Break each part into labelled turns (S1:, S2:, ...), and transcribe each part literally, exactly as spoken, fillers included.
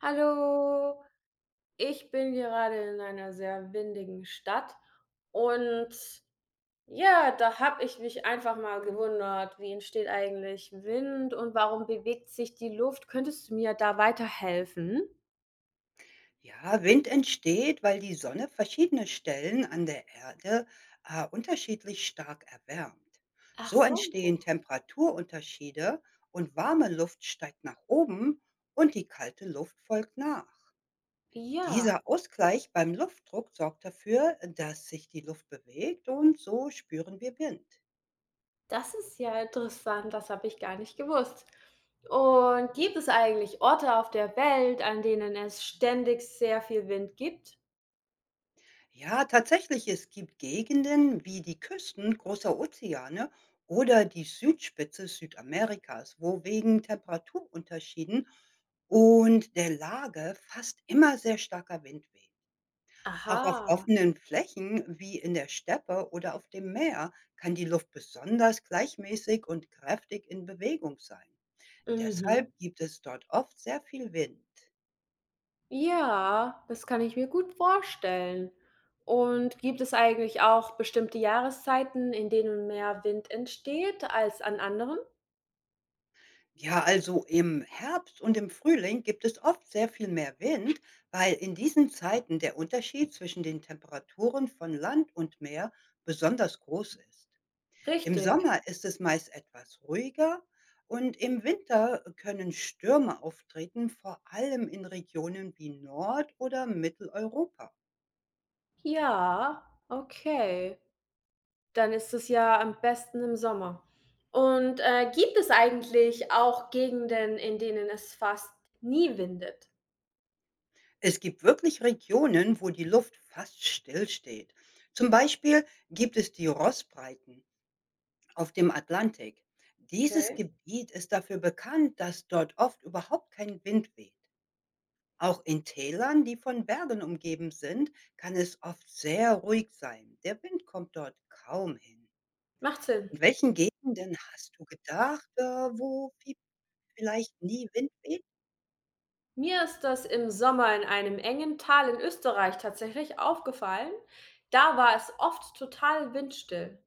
S1: Hallo, ich bin gerade in einer sehr windigen Stadt und ja, da habe ich mich einfach mal gewundert, wie entsteht eigentlich Wind und warum bewegt sich die Luft? Könntest du mir da weiterhelfen?
S2: Ja, Wind entsteht, weil die Sonne verschiedene Stellen an der Erde, äh, unterschiedlich stark erwärmt.
S1: Ach
S2: So
S1: so,
S2: entstehen Temperaturunterschiede und warme Luft steigt nach oben und die kalte Luft folgt nach.
S1: ja,
S2: Dieser Ausgleich beim Luftdruck sorgt dafür, dass sich die Luft bewegt und so spüren wir Wind.
S1: das ist ja interessant, das habe ich gar nicht gewusst. Und gibt es eigentlich Orte auf der Welt, an denen es ständig sehr viel Wind gibt?
S2: Ja, tatsächlich, es gibt Gegenden wie die Küsten großer Ozeane oder die Südspitze Südamerikas, wo wegen Temperaturunterschieden und der Lage fast immer sehr starker Wind weht. Auch auf
S1: Aha,
S2: offenen Flächen wie in der Steppe oder auf dem Meer kann die Luft besonders gleichmäßig und kräftig in Bewegung sein. Deshalb
S1: mhm.
S2: gibt es dort oft sehr viel Wind.
S1: Ja, das kann ich mir gut vorstellen. Und gibt es eigentlich auch bestimmte Jahreszeiten, in denen mehr Wind entsteht als an anderen?
S2: Ja, also im Herbst und im Frühling gibt es oft sehr viel mehr Wind, weil in diesen Zeiten der Unterschied zwischen den Temperaturen von Land und Meer besonders groß ist. Im
S1: Richtig.
S2: Sommer ist es meist etwas ruhiger und im Winter können Stürme auftreten, vor allem in Regionen wie Nord- oder Mitteleuropa.
S1: Ja, okay. Dann ist es ja am besten im Sommer. Und äh, gibt es eigentlich auch Gegenden, in denen es fast nie windet?
S2: Es gibt wirklich Regionen, wo die Luft fast stillsteht. Zum Beispiel gibt es die Rossbreiten auf dem Atlantik. Dieses
S1: Okay.
S2: Gebiet ist dafür bekannt, dass dort oft überhaupt kein Wind weht. Auch in Tälern, die von Bergen umgeben sind, kann es oft sehr ruhig sein. Der Wind kommt dort kaum hin.
S1: Macht Sinn.
S2: In welchen Gegenden hast du gedacht, äh, wo vi- vielleicht nie Wind weht?
S1: Mir ist das im Sommer in einem engen Tal in Österreich tatsächlich aufgefallen. Da war es oft total windstill.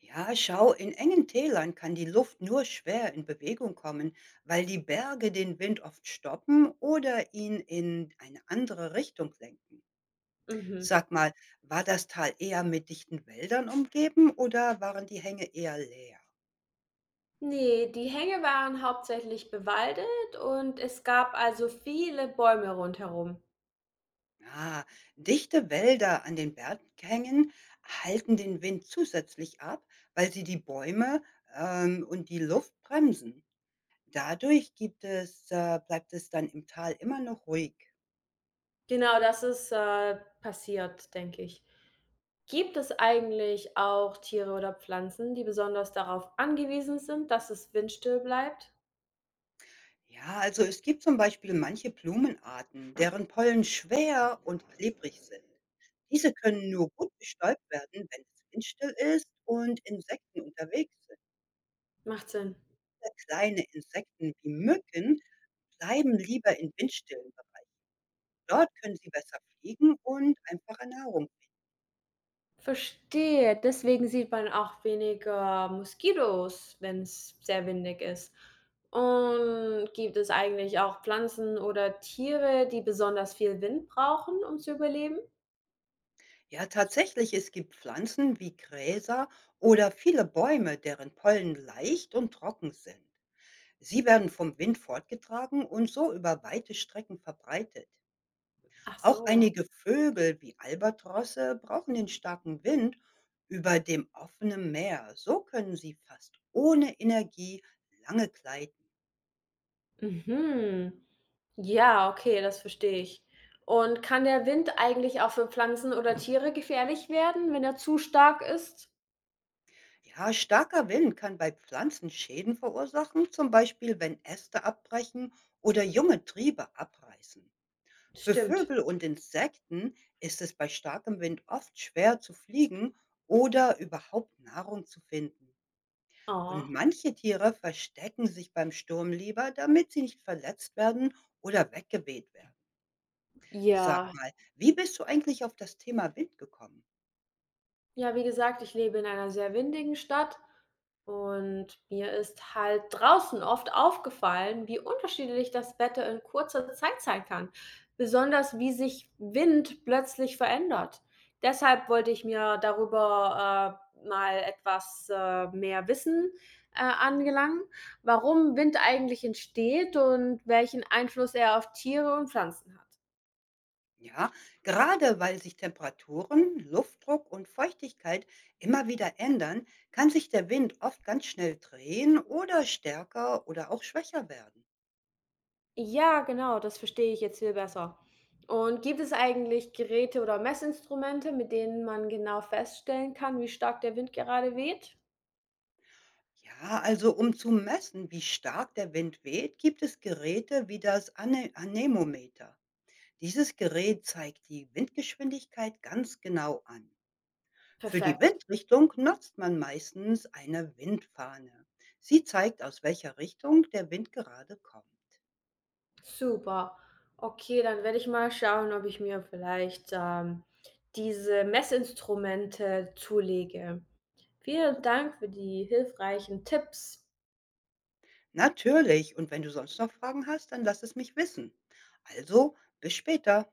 S2: Ja, schau, in engen Tälern kann die Luft nur schwer in Bewegung kommen, weil die Berge den Wind oft stoppen oder ihn in eine andere Richtung lenken.
S1: Mhm.
S2: Sag mal, war das Tal eher mit dichten Wäldern umgeben oder waren die Hänge eher leer?
S1: Ne, die Hänge waren hauptsächlich bewaldet und es gab also viele Bäume rundherum.
S2: Ah, dichte Wälder an den Berghängen halten den Wind zusätzlich ab, weil sie die Bäume ähm, und die Luft bremsen. Dadurch gibt es, äh, bleibt es dann im Tal immer noch ruhig.
S1: Genau, das ist, äh, passiert, denke ich. Gibt es eigentlich auch Tiere oder Pflanzen, die besonders darauf angewiesen sind, dass es windstill bleibt?
S2: Ja, also es gibt zum Beispiel manche Blumenarten, deren Pollen schwer und klebrig sind. Diese können nur gut bestäubt werden, wenn es windstill ist und Insekten unterwegs sind.
S1: Macht Sinn.
S2: Sehr Kleine Insekten wie Mücken bleiben lieber in windstillen Bereichen. Dort können sie besser fliegen und einfacher Nahrung.
S1: Verstehe. Deswegen sieht man auch weniger Moskitos, wenn es sehr windig ist. Und gibt es eigentlich auch Pflanzen oder Tiere, die besonders viel Wind brauchen, um zu überleben?
S2: Ja, tatsächlich, es gibt Pflanzen wie Gräser oder viele Bäume, deren Pollen leicht und trocken sind. Sie werden vom Wind fortgetragen und so über weite Strecken verbreitet.
S1: Ach
S2: Auch
S1: so.
S2: einige Vögel wie Albatrosse brauchen den starken Wind über dem offenen Meer. So können sie fast ohne Energie lange gleiten.
S1: Mhm. Ja, okay, das verstehe ich. Und kann der Wind eigentlich auch für Pflanzen oder Tiere gefährlich werden, wenn er zu stark ist?
S2: Ja, starker Wind kann bei Pflanzen Schäden verursachen, zum Beispiel wenn Äste abbrechen oder junge Triebe abreißen. Für
S1: Stimmt.
S2: Vögel und Insekten ist es bei starkem Wind oft schwer zu fliegen oder überhaupt Nahrung zu finden. Und
S1: Oh.
S2: manche Tiere verstecken sich beim Sturm lieber, damit sie nicht verletzt werden oder weggeweht werden. Sag
S1: Ja.
S2: mal, wie bist du eigentlich auf das Thema Wind gekommen?
S1: Ja, wie gesagt, ich lebe in einer sehr windigen Stadt und mir ist halt draußen oft aufgefallen, wie unterschiedlich das Wetter in kurzer Zeit sein kann, besonders wie sich Wind plötzlich verändert. Deshalb wollte ich mir darüber äh, mal etwas äh, mehr Wissen äh, angelangen, warum Wind eigentlich entsteht und welchen Einfluss er auf Tiere und Pflanzen hat.
S2: Ja, gerade weil sich Temperaturen, Luftdruck und Feuchtigkeit immer wieder ändern, kann sich der Wind oft ganz schnell drehen oder stärker oder auch schwächer werden.
S1: Ja, genau, das verstehe ich jetzt viel besser. Und gibt es eigentlich Geräte oder Messinstrumente, mit denen man genau feststellen kann, wie stark der Wind gerade weht?
S2: Ja, also um zu messen, wie stark der Wind weht, gibt es Geräte wie das Ane- Anemometer. Dieses Gerät zeigt die Windgeschwindigkeit ganz genau an. Für die
S1: Perfekt,
S2: Windrichtung nutzt man meistens eine Windfahne. Sie zeigt, aus welcher Richtung der Wind gerade kommt.
S1: super. Okay, dann werde ich mal schauen, ob ich mir vielleicht ähm, diese Messinstrumente zulege. Vielen Dank für die hilfreichen Tipps.
S2: Natürlich, und wenn du sonst noch Fragen hast, dann lass es mich wissen. Also, bis später.